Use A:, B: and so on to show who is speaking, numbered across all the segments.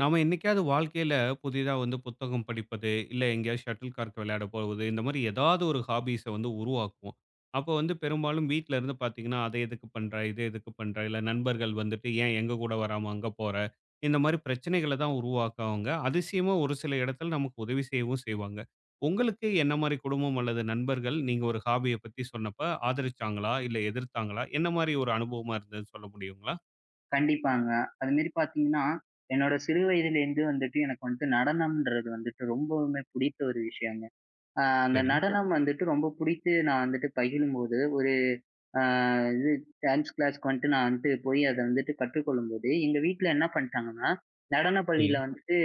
A: நாம என்னைக்காவது வாழ்க்கையில புதிதா வந்து புத்தகம் படிப்பது, இல்ல எங்கேயாவது ஷட்டில் கார்க் விளையாட போவது, இந்த மாரி ஏதாவது ஒரு ஹாபீஸ வந்து உருவாக்குவோம். அப்போ வந்து பெரும்பாலும் வீட்ல இருந்து பார்த்தீங்கன்னா, "அத எதுக்கு பண்ற? இத எதுக்கு பண்ற?" இல்ல நண்பர்கள் வந்துட்டு, "ஏன் எங்க கூட வராம அங்க போற?" இந்த மாரி பிரச்சனைகள தான் உருவாக்குவாங்க. அதிசயமா ஒரு சில இடத்துல நமக்கு உதவி செய்யவும் செய்வாங்க. உங்களுக்கு என்ன மாரி குடும்பம் அல்லது நண்பர்கள் நீங்க ஒரு ஹாபிய பத்தி சொன்னப்ப ஆதரிச்சாங்களா? இல்ல எதிர்த்தாங்களா? என்ன மாரி ஒரு அனுபவமா இருந்ததுன்னு சொல்ல முடியுங்களா?
B: கண்டிப்பாங்க. அது மாரி பார்த்தீங்கன்னா, என்னோட சிறு வயதிலேருந்து வந்துட்டு எனக்கு வந்துட்டு நடனம்ன்றது வந்துட்டு ரொம்பவுமே பிடித்த ஒரு விஷயங்க. அந்த
A: சரி,
B: நடனம் வந்துட்டு ரொம்ப பிடித்து நான் வந்துட்டு பயிலும்போது, ஒரு அ இது டான்ஸ் கிளாஸ்க்கு வந்துட்டு நான் வந்துட்டு போய் அத வந்துட்டு கற்றுக்கொள்ளும்போது, எங்க வீட்ல என்ன பண்ணிட்டாங்கன்னா, நடன
A: சரி.
B: பள்ளியில வந்துட்டு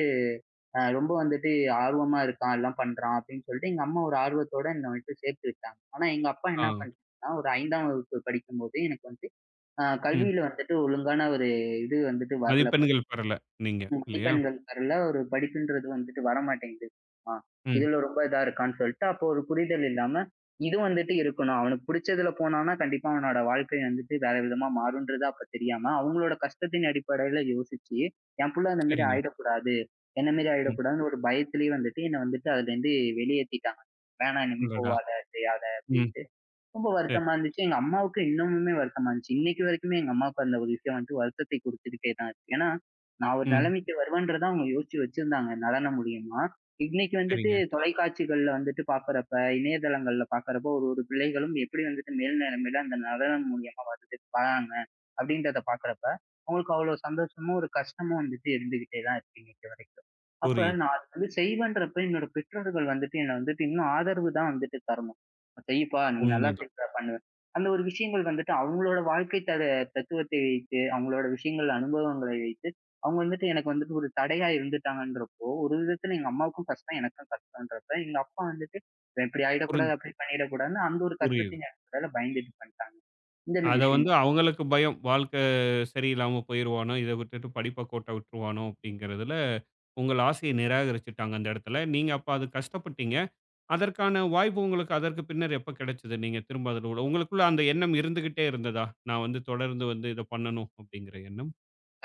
B: ரொம்ப வந்துட்டு ஆர்வமா இருக்கான், எல்லாம் பண்றான் அப்படின்னு சொல்லிட்டு எங்க அம்மா ஒரு ஆர்வத்தோட என்ன வந்துட்டு சேர்த்து விட்டாங்க. ஆனா எங்க அப்பா
A: ஆ.
B: என்ன பண்ணிட்டாங்கன்னா, ஒரு 5ஆம் வகுப்பு படிக்கும்போது எனக்கு வந்து
A: ம்.
B: கல்வியில வந்துட்டு ஒழுங்கான ஒரு இது வந்துட்டு வரல.
A: மதிப்பெண்கள் பெறல நீங்க இல்லையா?
B: மதிப்பெண்கள் வரல. ஒரு படிப்புன்றது வந்துட்டு வரமாட்டேங்குது. ஆ
A: ம்.
B: இதுல ரொம்ப இதா இருக்கான்னு சொல்லிட்டு, அப்போ ஒரு புரிதல் இல்லாம, இது வந்துட்டு இருக்கணும். அவனுக்கு புடிச்சதுல போனான்னா, கண்டிப்பா அவனோட வாழ்க்கை வந்துட்டு வேற விதமா மாறும்ன்றது அப்ப தெரியாம, அவங்களோட கஷ்டத்தின் அடிப்படையில யோசிச்சு, என் புள்ள அந்த மாரி
A: சரிங்க.
B: ஆயிடக்கூடாது. என்ன மாரி
A: ம்.
B: ஆயிடக்கூடாதுன்னு ஒரு பயத்திலேயே வந்துட்டு, என்ன வந்துட்டு அதுலேருந்து வெளியேத்திட்டாங்க. வேணாம் இனிமே
A: அடடா!
B: போவாத, செய்யாத அப்படி.
A: ம்.
B: ரொம்ப
A: சரி.
B: வருத்தமா இருந்துச்சு. எங்க அம்மாவுக்கு இன்னமுமே வருத்தமா இருந்துச்சு. இன்னைக்கு வரைக்குமே எங்க அம்மாவுக்கு அந்த ஒரு விஷயம் வந்துட்டு வருத்தத்தை குடுத்துக்கிட்டே தான் இருக்கு. ஏன்னா, நான் ஒரு
A: ம்.
B: நிலைமைக்கு வருவேன்றத அவங்க யோசிச்சு வச்சிருந்தாங்க நடனம் மூலியமா. இன்னைக்கு வந்துட்டு
A: சரிங்க.
B: தொலைக்காட்சிகள்ல வந்துட்டு பார்க்குறப்ப, இணையதளங்கள்ல பார்க்குறப்போ ஒரு ஒரு பிள்ளைகளும் எப்படி வந்துட்டு மேல் நிலைமையில அந்த நடனம் மூலியமா வருது வராங்க அப்படின்றத பார்க்குறப்ப, அவங்களுக்கு அவ்வளோ சந்தோஷமும், ஒரு கஷ்டமும் வந்துட்டு இருந்துகிட்டே தான் இருக்கு இன்னைக்கு வரைக்கும். அப்ப
A: புரியுது.
B: நான் அது வந்து செய்வேன்றப்ப என்னோட பெற்றோர்கள் வந்துட்டு என்ன வந்துட்டு இன்னும் ஆதரவு தான் வந்துட்டு தரணும். செய்ப்பா! நீ நல்லா
A: உண்மதான்.
B: செய்ப்ப பண்ணுவ. அந்த ஒரு விஷயங்கள் வந்துட்டு அவங்களோட வாழ்க்கை தர தத்துவத்தை வைத்து, அவங்களோட விஷயங்கள் அனுபவங்களை வைத்து, அவங்க வந்துட்டு எனக்கு வந்துட்டு ஒரு தடையா இருந்துட்டாங்கன்றப்போ, ஒரு விதத்துல எங்க அம்மாவுக்கும் கஷ்டம், எனக்கும் கஷ்டம்ன்றப்ப, எங்க அப்பா வந்துட்டு இவன் இப்படி
A: புரிஞ்
B: ஆயிடக்கூடாது, அப்படி பண்ணிடக்கூடாதுன்னு அந்த ஒரு
A: புரியுது.
B: கஷ்டத்தையும் எனக்கு மேல பயந்துட்டு பண்ணிட்டாங்க. இந்த மாரி
A: அத வந்து
B: விஷயங்கள்.
A: அவங்களுக்கு பயம். வாழ்க்கை சரியில்லாம போயிருவானோ, இத விட்டுட்டு படிப்ப கோட்ட விட்டுருவானோ அப்படிங்கிறதுல, உங்கள் ஆசைய நிராகரிச்சுட்டாங்க அந்த இடத்துல. நீங்க அப்ப அது கஷ்டப்பட்டீங்க. அதற்கான வாய்ப்பு உங்களுக்கு அதற்கு பின்னர் எப்ப கிடைச்சது? நீங்க திரும்ப அதுல உங்களுக்குள்ள அந்த எண்ணம் இருந்துகிட்டே இருந்ததா? நான் வந்து தொடர்ந்து வந்து இத பண்ணணும் அப்படிங்கிற எண்ணம்.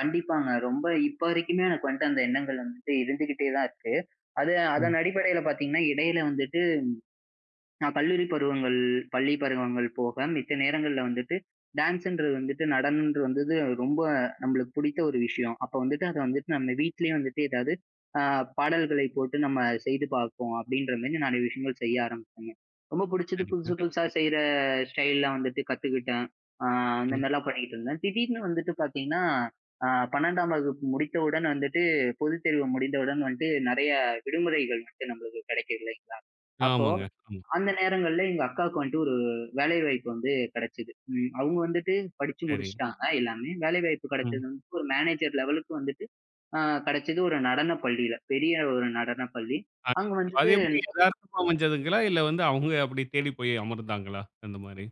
B: கண்டிப்பாங்க. ரொம்ப இப்ப வரைக்குமே எனக்கு வந்துட்டு அந்த எண்ணங்கள் வந்துட்டு இருந்துகிட்டே தான் இருக்கு. அது
A: ம்.
B: அதன் அடிப்படையில பார்த்தீங்கன்னா, இடையில வந்துட்டு நான் கல்லூரி பருவங்கள், பள்ளி பருவங்கள் போக, மித்த நேரங்கள்ல வந்துட்டு டான்ஸ்ன்றது வந்துட்டு நடனம்ன்றது வந்தது ரொம்ப நம்மளுக்கு பிடித்த ஒரு விஷயம். அப்ப வந்துட்டு அத வந்துட்டு நம்ம வீட்லயே வந்துட்டு ஏதாவது அ பாடல்களை போட்டு நம்ம செய்து பார்ப்போம் அப்படின்ற மாரி நெறைய விஷயங்கள் செய்ய ஆரம்பிச்சேங்க. ரொம்ப பிடிச்சது
A: சரிங்க.
B: புதுசு புதுசா செய்ற ஸ்டைல்லாம் வந்துட்டு கத்துக்கிட்டேன். அ அந்த
A: ம்.
B: மாரிலாம் பண்ணிட்டு இருந்தேன். திடீர்னு வந்துட்டு பார்த்தீங்கன்னா, அ 12ஆம் வகுப்பு முடித்தவுடன் வந்துட்டு பொதுத் தேர்வு முடிந்தவுடன் வந்துட்டு நெறைய விடுமுறைகள் வந்துட்டு நம்மளுக்கு கிடைக்குது இல்லைங்களா? அப்போ
A: ஆமாங்க. ஆமா.
B: அந்த நேரங்கள்ல எங்க அக்காவுக்கு வந்துட்டு ஒரு வேலைவாய்ப்பு வந்து கிடைச்சது. ம். அவங்க வந்துட்டு படிச்சு
A: சரி.
B: முடிச்சுட்டாங்க எல்லாமே. வேலைவாய்ப்பு
A: ம்.
B: கிடைச்சது வந்து ஒரு மேனேஜர் லெவலுக்கு வந்துட்டு அ கிடைச்சது ஒரு நடனப் பள்ளியில. பெரிய ஒரு நடனப் பள்ளி.
A: அ
B: அங்க
A: அது
B: வந்துட்டு
A: எப்படி எதார்த்தமா அமைஞ்சதுங்களா? இல்ல வந்து அவங்க அப்படி தேடி போய் அமர்ந்தாங்களா? அந்த மாரி.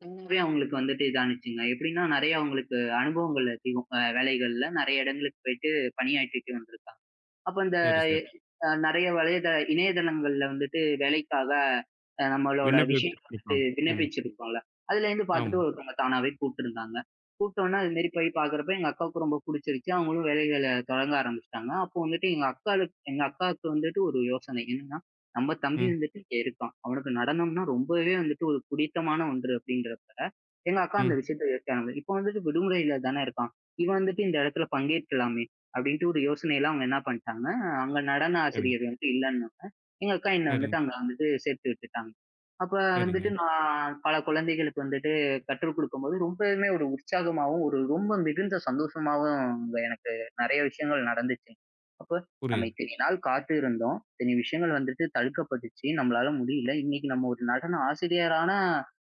B: தானாவே அவங்களுக்கு வந்துட்டு இதானுச்சுங்க. எப்படின்னா நெறைய அவங்களுக்கு அனுபவங்கள் அதிகம். வேலைகள்ல நெறைய இடங்களுக்கு போயிட்டு பணியாற்றிட்டு வந்திருக்காங்க. அப்ப இந்த
A: சரி, சரி.
B: அ நெறைய வலைத இணையதளங்கள்ல வந்துட்டு வேலைக்காக நம்மளோட விஷயம் வந்துட்டு
A: விண்ணப்பித்திருப்பாங்க. ம்.
B: விண்ணப்பிச்சிருப்போம்ல. அதுலேருந்து
A: ஆமா.
B: பார்த்துட்டு ஒருத்தவங்க தானாவே கூப்ட்டுருந்தாங்க. கூப்ட்டோனே அது மாரி போய் பார்க்குறப்ப எங்க அக்காவுக்கு ரொம்ப புடிச்சிருச்சு. அவங்களும் வேலைகள தொடங்க ஆரம்பிச்சுட்டாங்க. அப்போ வந்துட்டு எங்க அக்காவுக்கு வந்துட்டு ஒரு யோசனை. என்னன்னா, நம்ம தம்பி
A: ம்,
B: வந்துட்டு இங்க இருக்கான். அவனுக்கு நடனம்னா ரொம்பவே வந்துட்டு ஒரு பிடித்தமான ஒன்று அப்படிங்கிறப்ப, எங்க அக்கா அந்த
A: ம்.
B: விஷயத்த யோசிக்க ஆரம்பிச்சா. இப்போ வந்துட்டு விடுமுறையில தானே இருக்கான். இவன் வந்துட்டு இந்த இடத்துல பங்கேற்கலாமே! அப்டின்ட்டு ஒரு யோசனையில அவங்க என்ன பண்ணிட்டாங்க, அங்க நடன
A: சரிங்க,
B: ஆசிரியர் வந்துட்டு இல்லன்னோனே, எங்க அக்கா என்ன
A: சரிங்க,
B: வந்துட்டு அங்க வந்துட்டு சேர்த்து விட்டுட்டாங்க. அப்ப
A: சரிங்க.
B: வந்துட்டு நான் பல குழந்தைகளுக்கு வந்துட்டு கற்றுக் குடுக்கும்போது ரொம்பவுமே ஒரு உற்சாகமாவும், ஒரு ரொம்ப மிகுந்த சந்தோஷமாவும் அங்க எனக்கு நெறைய விஷயங்கள் நடந்துச்சு. அப்ப நம்ம
A: புரியுது.
B: இத்தனை நாள் காத்து இருந்தோம். இத்தனை விஷயங்கள் வந்துட்டு தடுக்கப்பட்டுச்சு. நம்மளால முடியல. இன்னைக்கு நம்ம ஒரு நடன ஆசிரியரான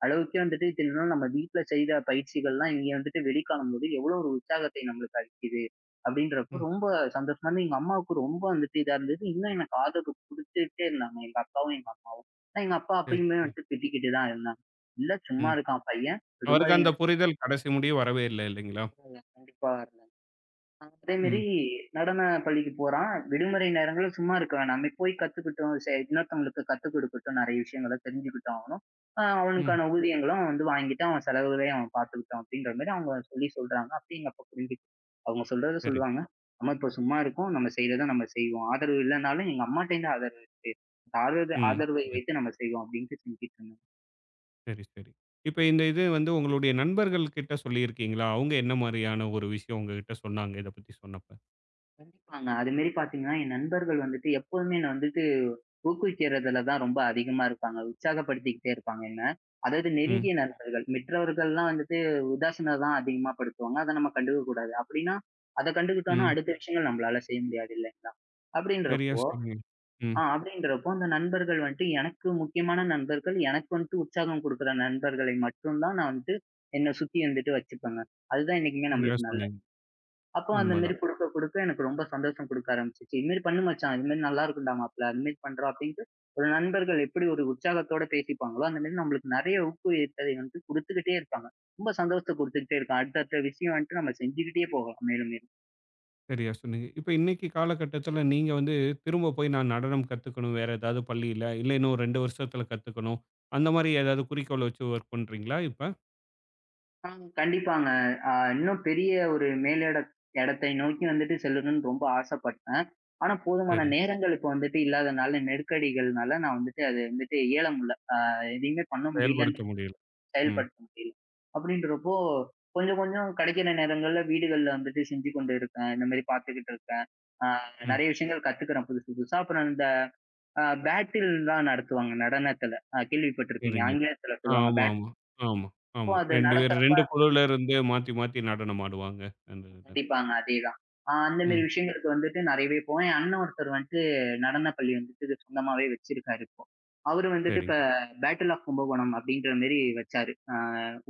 B: அளவுக்கே வந்துட்டு இத்தனை நாள் நம்ம வீட்ல செய்த பயிற்சிகள்லாம் இங்க வந்துட்டு வெளிக்காணும்போது எவ்வளோ ஒரு உற்சாகத்தை நம்மளுக்கு அளிக்குது. அப்படின்றப்போ
A: ம்.
B: ரொம்ப சந்தோஷமா இருந்தது. எங்க அம்மாவுக்கு ரொம்ப வந்துட்டு இதா இருந்தது. இன்னும் எனக்கு ஆதரவு குடுத்துட்டே இருந்தாங்க. எங்க அப்பாவும், எங்க அம்மாவும். ஆனா எங்க அப்பா
A: சரி,
B: அப்பயுமே
A: சரி.
B: வந்துட்டு திட்டிக்கிட்டு தான் இருந்தாங்க. "இல்ல சும்மா
A: ம்.
B: இருக்கான் பையன்.
A: அவருக்கு
B: விடுமுறை
A: அந்த புரிதல் கடைசி முடிய வரவே இல்ல இல்லைங்களா?
B: நாட்கள்ல கண்டிப்பா" அதே மாரி
A: ம்,
B: நடன பள்ளிக்கு போறான். விடுமுறை நேரங்கள்ல சும்மா இருக்க வேணாம். நம்ம போய் கத்துக்கிட்டோம். சே இன்னொருத்தவங்களுக்கு கத்துக் குடுக்கட்டும். நெறைய விஷயங்கள தெரிஞ்சுக்கிட்டோம் அவனும்.
A: ம்.
B: அவனுக்கான ஊதியங்களும் வந்து வாங்கிட்டு, அவன் செலவுகளையும் அவன் பார்த்துக்கிட்டான் அப்படின்ற மாரி அவங்க சொல்லி சொல்றாங்க. அப்படி எங்க அப்பா புரிஞ்சு அவங்க சொல்றத
A: சரிங்க.
B: சொல்லுவாங்க. நம்ம இப்ப சும்மா இருக்கோம். நம்ம செய்றத நம்ம செய்வோம். ஆதரவு இல்லனாலும் எங்க அம்மாட்டேருந்து ஆதரவு இருக்கு. அந்த ஆதரவு
A: ம்.
B: ஆதரவை
A: புரியுது.
B: வைத்து நம்ம செய்வோம் அப்படின்ட்டு செஞ்சுட்டு இருந்தாங்க.
A: சரி, சரி. இப்ப இந்த இது வந்து உங்களுடைய நண்பர்கள் கிட்ட சொல்லியிருக்கீங்களா? அவங்க என்ன மாரியான ஒரு விஷயம் உங்ககிட்ட சொன்னாங்க? இத பத்தி சொன்னப்ப.
B: கண்டிப்பாங்க. அதுமாரி பார்த்தீங்கன்னா, என் நண்பர்கள் வந்துட்டு எப்போதுமே என்ன வந்துட்டு ஊக்குவிக்கிறதுல தான் ரொம்ப அதிகமா இருப்பாங்க. உற்சாகப்படுத்திக்கிட்டே இருப்பாங்க என்ன. அதாவது
A: ம்,
B: நெருங்கிய நண்பர்கள். மற்றவர்கள்லாம் வந்துட்டு உதாசீனம் தான் அதிகமா படுத்துவாங்க. அத நம்ம கண்டுக்க கூடாது. அப்டின்னா, அத கண்டுக்கிட்டோம்னா
A: ம்.
B: அடுத்த விஷயங்கள் நம்மளால செய்ய முடியாது இல்லைங்களா?
A: சரியா
B: அப்டின்றப்போ
A: சொன்னீங்க. ம்.
B: அப்டின்றப்போ அந்த நண்பர்கள் வந்துட்டு எனக்கு முக்கியமான நண்பர்கள், எனக்கு வந்துட்டு உற்சாகம் குடுக்குற நண்பர்களை மட்டும் தான் நான் வந்துட்டு என்ன சுத்தி வந்துட்டு வச்சுப்பேங்க. அதுதான் என்னைக்குமே
A: சரியா
B: நம்மளுக்கு நல்லது.
A: சொன்னீங்க.
B: அப்போ அந்த மாரி
A: உண்மதான்.
B: குடுக்க எனக்கு ரொம்ப சந்தோஷம் குடுக்க ஆரம்பிச்சுச்சு. "இது மாரி பண்ணு மச்சான். இது மாரி நல்லா இருக்கும்டா மாப்ள. அது மாரி பண்றோம்" அப்டின்ட்டு ஒரு நண்பர்கள் எப்படி ஒரு உற்சாகத்தோட பேசிப்பாங்களோ, அந்த மாரி நம்மளுக்கு நெறைய ஊக்குவித்ததை வந்து குடுத்துக்கிட்டே இருப்பாங்க. ரொம்ப சந்தோஷத்த குடுத்துக்கிட்டே இருக்கும். அடுத்தடுத்த விஷயம் வந்துட்டு நம்ம செஞ்சுக்கிட்டே போகலாம் மேலும் மேலும்.
A: சரியா சொன்னீங்க. இப்ப இன்னைக்கு காலகட்டத்துல நீங்க வந்து திரும்ப போய் நான் நடனம் கத்துக்கணும் வேற ஏதாவது பள்ளியில, இல்ல இன்னும் 2 வருஷத்துல கத்துக்கணும். அந்த மாரி ஏதாவது குறிக்கோள் வச்சு வொர்க் பண்றீங்களா இப்ப?
B: ஆ கண்டிப்பாங்க. அ இன்னும் பெரிய ஒரு மேலிட இடத்தை நோக்கி வந்துட்டு செல்லணும்னு ரொம்ப ஆசைப்பட்டேன். ஆனா போதுமான
A: சரி.
B: நேரங்கள் இப்ப வந்துட்டு இல்லாதனால, நெருக்கடிகள்னால நான் வந்துட்டு அது வந்துட்டு இயல முடில. எதையுமே பண்ண முடியலன்ற
A: செயல்படுத்த முடியல. ம்,
B: செயல்படுத்த முடியல. அப்படின்றப்போ, கொஞ்சம் கொஞ்சம் கிடைக்கிற நேரங்கள்ல வீடுகள்ல வந்துட்டு செஞ்சு கொண்டு இருக்கேன். இந்த மாரி பார்த்துக்கிட்டு இருக்கேன். அ
A: ம்.
B: நெறைய விஷயங்கள் கத்துக்கிறேன் புதுசு புதுசா. அப்புறம் இந்த பேட்டில்லாம் நடத்துவாங்க நடனத்துல. கேள்விப்பட்டிருப்பீங்க.
A: சரிங்க.
B: ஆங்கிலத்துல சொல்லுவாங்க
A: ஆமா,
B: பேட்.
A: ஆமா, ஆமா,
B: இப்போ
A: ஆமா.
B: அது
A: 2
B: நடத்த
A: பேர் 2 குழுல இருந்து மாத்தி, மாத்தி நடனம் ஆடுவாங்க. அந்த இதுல.
B: கண்டிப்பாங்க. அதேதான். அந்த மாரி
A: ம்.
B: விஷயங்களுக்கு வந்துட்டு நெறையவே போவேன். என் அண்ணன் ஒருத்தர் வந்துட்டு நடனப் பள்ளி வந்துட்டு இது சொந்தமாவே வச்சிருக்காரு இப்போ. அவரு வந்துட்டு இப்ப
A: சரிங்க,
B: பேட்டில் ஆஃப் கும்பகோணம் அப்படின்ற மாரி வச்சாரு.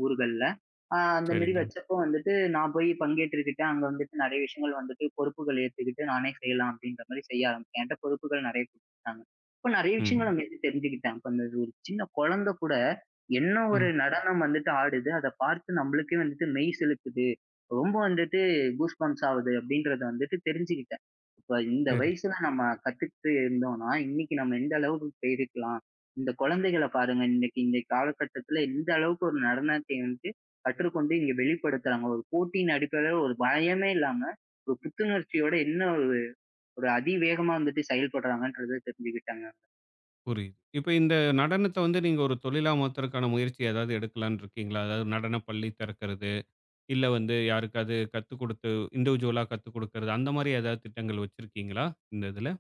B: ஊர்கள்ல. அந்த மாரி
A: சரிங்க.
B: வச்சப்போ வந்துட்டு நான் போய் பங்கேற்றுக்கிட்டேன். அங்க வந்துட்டு நெறைய விஷயங்கள் வந்துட்டு பொறுப்புகள் ஏத்துக்கிட்டு நானே செய்யலாம் அப்படின்ற மாரி செய்ய ஆரம்பிச்சேன். என்ட்ட பொறுப்புகள் நெறைய குடுத்துட்டாங்க. அப்ப நெறைய விஷயங்கள்
A: ம்,
B: அங்கருந்து தெரிஞ்சுக்கிட்டேன். அப்ப அந்த ஒரு சின்ன குழந்தை கூட என்ன ஒரு
A: ம்.
B: நடனம் வந்துட்டு ஆடுது, அத பார்த்து நம்மளுக்கே வந்துட்டு மெய் சிலுக்குது. ரொம்ப வந்துட்டு கூஸ்பம்ப்ஸ் ஆவுது அப்படின்றத வந்துட்டு தெரிஞ்சுக்கிட்டேன். இப்ப இந்த
A: சரி.
B: வயசுல நம்ம கத்துக்கிட்டு இருந்தோம்னா, இன்னைக்கு நம்ம எந்த அளவுக்கு போயிருக்கலாம். இந்த குழந்தைகள பாருங்க. இன்னைக்கு இந்த காலகட்டத்துல எந்த அளவுக்கு ஒரு நடனத்தை வந்து கற்றுக்கொண்டு இங்க வெளிப்படுத்துறாங்க. ஒரு போட்டியின் அடிப்படையில ஒரு பயமே இல்லாம, ஒரு புத்துணர்ச்சியோட என்ன ஒரு ஒரு அதிவேகமா வந்துட்டு செயல்படுறாங்கன்றத தெரிஞ்சுக்கிட்டேங்க.
A: புரியுது. இப்ப இந்த நடனத்த வந்து நீங்க ஒரு தொழிலா மாத்துறதுக்கான முயற்சி ஏதாவது எடுக்கலான்னு இருக்கீங்களா? அதாவது நடனப் பள்ளி திறக்கிறது. இல்ல வந்து யாருக்காவது கத்துக் குடுத்து இண்டிவிஜுவலா கத்துக் குடுக்கிறது, அந்த மாரி ஏதாவது திட்டங்கள் வச்சிருக்கீங்களா? இந்த இதுல?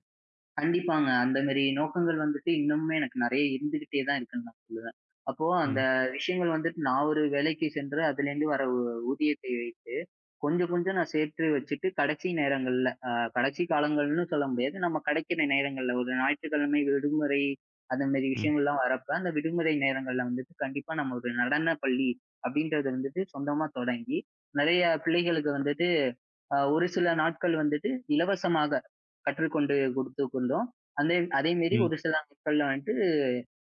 B: கண்டிப்பாங்க. அந்த மாரி நோக்கங்கள் வந்துட்டு இன்னமுமே எனக்கு நெறைய இருந்துகிட்டே தான் இருக்குன்னு நான் சொல்லுவேன். அப்போ அந்த
A: ம்,
B: விஷயங்கள் வந்துட்டு நான் ஒரு வேலைக்கு சென்று அதிலேருந்து வர ஊதியத்தை வைத்து, கொஞ்சம் கொஞ்சம் நான் சேர்த்து வச்சுட்டு கடைசி நேரங்கள்ல, கடைசி காலங்கள்னு சொல்ல முடியாது. நம்ம கிடைக்கிற நேரங்கள்ல ஒரு ஞாயிற்றுக்கிழமை விடுமுறை அந்த மாரி
A: ம்.
B: விஷயங்கள்லாம் வரப்ப, அந்த விடுமுறை நேரங்கள்ல வந்துட்டு கண்டிப்பா நம்ம ஒரு நடன பள்ளி அப்படின்றத வந்துட்டு சொந்தமா தொடங்கி, நெறைய பிள்ளைகளுக்கு வந்துட்டு ஒரு சில நாட்கள் வந்துட்டு இலவசமாக கற்றுக்கொண்டு கொடுத்து கொண்டோம். அதே அதே மாரி
A: ம்.
B: ஒரு சில நாட்கள்ல வந்துட்டு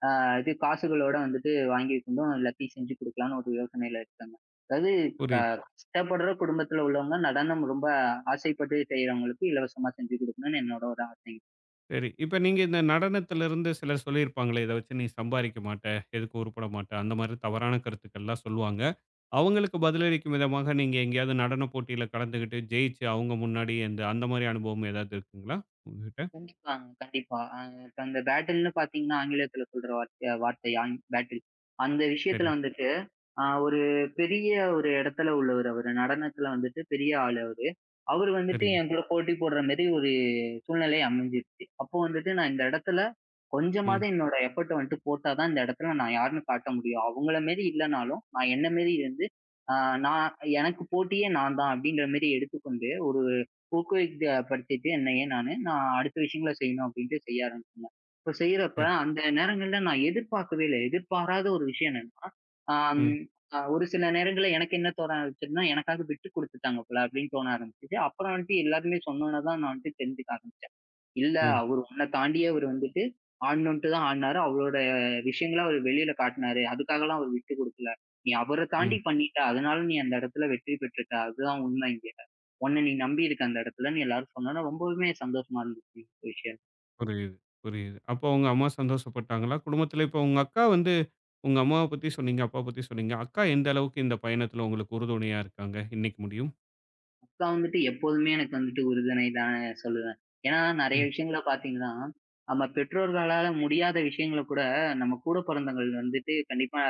B: இது காசுகளோட வந்துட்டு வாங்கி கொண்டும் எல்லாத்தையும் செஞ்சு கொடுக்கலாம்னு ஒரு யோசனையில இருக்காங்க. அதாவது அ
A: புரியுது.
B: கஷ்டப்படுற குடும்பத்துல உள்ளவங்க நடனம் ரொம்ப ஆசைப்பட்டு செய்றவங்களுக்கு இலவசமா செஞ்சு கொடுக்கணும்னு என்னோட ஒரு ஆசை.
A: சரி. இப்ப நீங்க இந்த நடனத்திலிருந்து சிலர் சொல்லியிருப்பாங்களே, இத வச்சு நீ சம்பாரிக்க மாட்ட, எதுக்கு உருப்பட மாட்ட, அந்த மாரி தவறான கருத்துக்கள்லாம் சொல்லுவாங்க. அவங்களுக்கு பதிலளிக்கும் விதமாக நீங்க எங்கேயாவது நடன போட்டியில கலந்துகிட்டு, ஜெயிச்சு அவங்க முன்னாடி இந்த அந்த மாரி அனுபவம் ஏதாவது இருக்குங்களா? உங்ககிட்ட?
B: கண்டிப்பாங்க, கண்டிப்பா. இப்ப அந்த பேட்டில்ன்னு பார்த்தீங்கன்னா ஆங்கிலத்துல சொல்ற வார்த்தை வார்த்தை ஆங் பேட்டில். அந்த
A: சரி,
B: விஷயத்துல வந்துட்டு ஒரு பெரிய ஒரு இடத்துல உள்ளவரு அவரு. நடனத்துல வந்துட்டு பெரிய ஆளு அவரு. அவரு வந்துட்டு
A: சரிங்க.
B: என் கூட போட்டி போடுற மாரி ஒரு சூழ்நிலை அமைஞ்சிருச்சு. அப்போ வந்துட்டு நான் இந்த இடத்துல
A: ம்.
B: கொஞ்சமாவது என்னோட எஃபர்ட்ட வந்துட்டு போட்டா தான் இந்த இடத்துல நான் யாருன்னு காட்ட முடியும். அவங்கள மாரி இல்லனாலும், நான் என்ன மாரி இருந்து, ஆ நான் எனக்கு போட்டியே நான் தான் அப்படின்ற மாரி எடுத்துக்கொண்டு, ஒரு ஊக்குவிக்க படுத்திட்டு என்னையே நானு, நான் அடுத்த விஷயங்கள செய்யணும் அப்படின்ட்டு செய்ய ஆரம்பிச்சேங்க. இப்போ செய்யறப்ப
A: சரி.
B: அந்த நேரங்கள்ல நான் எதிர்பார்க்கவே இல்ல. எதிர்பாராத ஒரு விஷயம் என்னன்னா, ஆ
A: ம்,
B: ஆ ஒரு சில நேரங்கள்ல எனக்கு என்ன தோண ஆரம்பிச்சதுன்னா, எனக்காக விட்டு குடுத்துட்டாங்க போல அப்டின்னு தோண ஆரம்பிச்சது. அப்புறம் வந்துட்டு எல்லாருமே சொன்னோன தான் நான் வந்துட்டு தெரிஞ்சுக்க ஆரம்பிச்சேன். இல்ல
A: ம்,
B: அவரு உன்ன தாண்டியே அவரு வந்துட்டு ஆடணுன்ட்டு தான் ஆடுனாரு. அவரோட விஷயங்கள அவரு வெளியில காட்டுனாரு. அதுக்காகலாம் அவரு விட்டு குடுக்கல. நீ அவர
A: ம்.
B: தாண்டி பண்ணிட்ட. அதனால நீ அந்த இடத்துல வெற்றி பெற்றுட்ட. அதுதான் உண்மை இங்க. உன்ன நீ நம்பியிருக்க அந்த இடத்துலன்னு எல்லாரும் சொன்னோன ரொம்பவுமே சந்தோஷமா இருந்துச்சு இந்த விஷயம்.
A: புரியுது, புரியுது. அப்போ உங்க அம்மா சந்தோஷப்பட்டாங்களா? குடும்பத்தில இப்போ உங்க அக்கா வந்து உங்க அம்மாவ பத்தி சொன்னீங்க, அப்பா பத்தி சொன்னீங்க. அக்கா எந்த அளவுக்கு இந்த பயணத்தில உங்களுக்கு உறுதுணையா இருக்காங்க? இன்னைக்கு முடியும்.
B: நான் வந்துட்டு எப்போதுமே எனக்கு வந்துட்டு உறுதுணை தான்னு சொல்லுவேன். ஏன்னா நெறைய
A: ம்,
B: விஷயங்கள பார்த்தீங்கன்னா, நம்ம பெற்றோர்களால முடியாத விஷயங்கள கூட நம்ம கூட பிறந்தவங்கள் வந்துட்டு கண்டிப்பா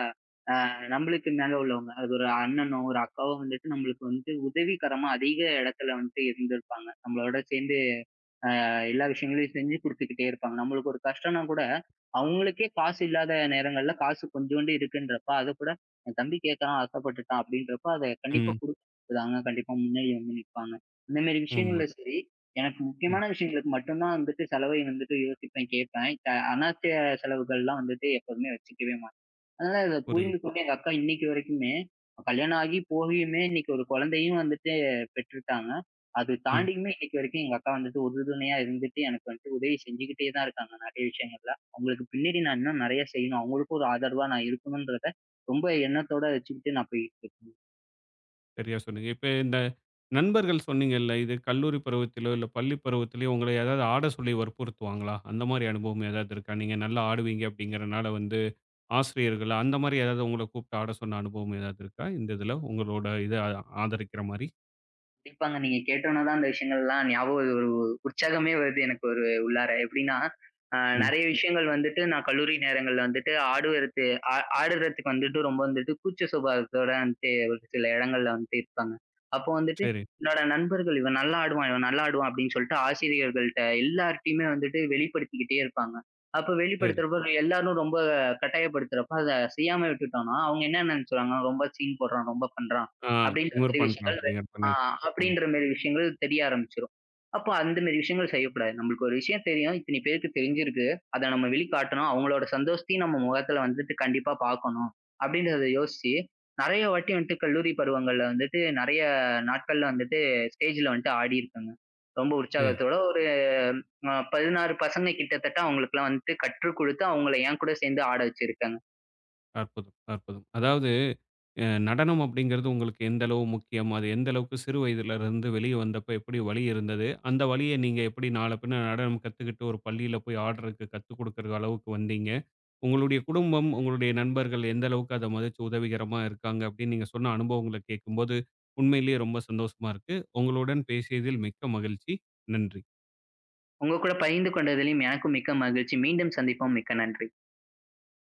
B: நம்மளுக்கு மேல உள்ளவங்க. அது ஒரு அண்ணனோ, ஒரு அக்காவோ வந்துட்டு நம்மளுக்கு வந்துட்டு உதவிகரமா அதிக இடத்துல வந்துட்டு இருந்திருப்பாங்க. நம்மளோட சேர்ந்து எல்லா விஷயங்களையும் செஞ்சு குடுத்துக்கிட்டே இருப்பாங்க. நம்மளுக்கு ஒரு கஷ்டம்னா கூட, அவங்களுக்கே காசு இல்லாத நேரங்கள்ல காசு கொஞ்சோண்டு இருக்குன்றப்ப, அத கூட என் தம்பி கேட்கறான், ஆசைப்பட்டுட்டான் அப்படின்றப்ப, அத கண்டிப்பா
A: ம்.
B: குடுக்குறாங்க. கண்டிப்பா முன்னாடி வந்து நிப்பாங்க. இந்த மாரி
A: உண்ம.
B: விஷயங்கள்ல சரி, எனக்கு
A: ம்.
B: முக்கியமான விஷயங்களுக்கு மட்டும் தான் வந்துட்டு செலவை வந்துட்டு யோசிப்பேன், கேட்பேன். அனாவசிய செலவுகள்லாம் வந்துட்டு எப்போதுமே வச்சுக்கவே மாட்டேன். அதனால அத
A: புரியுது.
B: புரிந்து கொண்டு எங்க அக்கா இன்னைக்கு வரைக்குமே, கல்யாணம் ஆகி போகியுமே இன்னைக்கு ஒரு குழந்தையும் வந்துட்டு பெற்றுட்டாங்க. அது
A: ம்.
B: தாண்டியுமே இன்னைக்கு வரைக்கும் எங்க அக்கா வந்துட்டு உறுதுணையா இருந்துட்டு, எனக்கு வந்துட்டு உதவி செஞ்சுகிட்டே தான் இருக்காங்க நெறைய விஷயங்கள்ல. அவங்களுக்கு பின்னாடி நான் இன்னும் நெறைய செய்யணும். அவங்களுக்கும் ஒரு ஆதரவா நான் இருக்கணும்ன்றத ரொம்ப எண்ணத்தோட வச்சுக்கிட்டு நான் போயிட்டுருக்கேன்.
A: சரியா சொன்னீங்க. இப்ப இந்த நண்பர்கள் சொன்னீங்கல்ல, இது கல்லூரி பருவத்திலோ, இல்ல பள்ளி பருவத்திலயோ உங்கள ஏதாவது ஆட சொல்லி வற்புறுத்துவாங்களா? அந்த மாரி அனுபவம் ஏதாவது இருக்கா? நீங்க நல்லா ஆடுவீங்க அப்படிங்கிறனால வந்து ஆசிரியர்கள் அந்த மாரி ஏதாவது உங்கள கூப்பிட்டு ஆட சொன்ன அனுபவம் ஏதாவது இருக்கா? இந்த இதில உங்களோட இத ஆதரிக்கிற மாரி?
B: கண்டிப்பாங்க. நீங்க கேட்டோன தான் அந்த விஷயங்கள்லாம் ஞாபகம் ஒரு உற்சாகமே வருது எனக்கு ஒரு உள்ளார. எப்படின்னா, அ
A: ம்.
B: நெறைய விஷயங்கள் வந்துட்டு நான் கல்லூரி நேரங்கள்ல வந்துட்டு ஆடுவதற்கு ஆடுறதுக்கு வந்துட்டு ரொம்ப வந்துட்டு கூச்ச சுபாவத்தோட வந்துட்டு ஒரு சில இடங்கள்ல வந்துட்டு இருப்பாங்க. அப்போ வந்துட்டு
A: சரி,
B: என்னோட நண்பர்கள் இவன் நல்லா ஆடுவான், இவன் நல்லா ஆடுவான் அப்படின்னு சொல்லிட்டு ஆசிரியர்கள்ட்ட எல்லார்ட்டயுமே வந்துட்டு வெளிப்படுத்திக்கிட்டே இருப்பாங்க. அப்ப
A: சரி.
B: வெளிப்படுத்துறப்ப எல்லாரும் ரொம்ப கட்டாயப்படுத்துறப்ப அத செய்யாம விட்டுட்டோம்னா, அவங்க என்ன நினைச்சுருவாங்க, ரொம்ப சீன் போடுறான், ரொம்ப பண்றான்
A: ஆ
B: அப்படின்ற
A: திமிரு
B: மாரி
A: பண்றான்
B: விஷயங்கள்
A: அப்படிங்கிறப்ப
B: ஆ
A: ம்.
B: அப்படின்ற மாரி விஷயங்கள் தெரிய ஆரம்பிச்சுரும். அப்போ அந்த மாரி விஷயங்கள் செய்யக்கூடாது. நம்மளுக்கு ஒரு விஷயம் தெரியும். இத்தனை பேருக்கு தெரிஞ்சிருக்கு. அத நம்ம வெளிக்காட்டணும். அவங்களோட சந்தோஷத்தையும் நம்ம முகத்துல வந்துட்டு கண்டிப்பா பார்க்கணும். அப்படின்றத யோசிச்சு, நெறைய வாட்டி வந்துட்டு கல்லூரி பருவங்கள்ல வந்துட்டு நெறைய நாட்கள்ல வந்துட்டு ஸ்டேஜ்ல வந்துட்டு ஆடியிருக்கேங்க. ரொம்ப
A: சரி.
B: உற்சாகத்தோட ஒரு 16 பசங்க கிட்டத்தட்ட அவங்களுக்குலாம் வந்துட்டு கற்றுக் குடுத்து, அவங்கள என் கூட சேர்ந்து ஆட வச்சிருக்கேங்க.
A: அற்புதம், அற்புதம். அதாவது அ நடனம் அப்படிங்கிறது உங்களுக்கு எந்த அளவு முக்கியம்? அது எந்த அளவுக்கு சிறு வயதிலிருந்து வெளிய வந்தப்ப எப்படி வலி இருந்தது? அந்த வலிய நீங்க எப்படி நாள பின்ன நடனம் கத்துக்கிட்டு ஒரு பள்ளியில போய் ஆடுறதுக்கு கத்துக் குடுக்குற அளவுக்கு வந்தீங்க? உங்களுடைய குடும்பம், உங்களுடைய நண்பர்கள் எந்த அளவுக்கு அத மதிச்சு உதவிகரமா இருக்காங்க அப்படின்னு நீங்க சொன்ன அனுபவங்கள கேட்கும்போது, உண்மையிலேயே ரொம்ப சந்தோஷமா இருக்கு. உங்களுடன் பேசியதில் மிக்க மகிழ்ச்சி. நன்றி.
B: உங்க கூட பகிர்ந்து கொண்டதிலும் எனக்கும் மிக்க மகிழ்ச்சி. மீண்டும் சந்திப்போம். மிக்க நன்றி.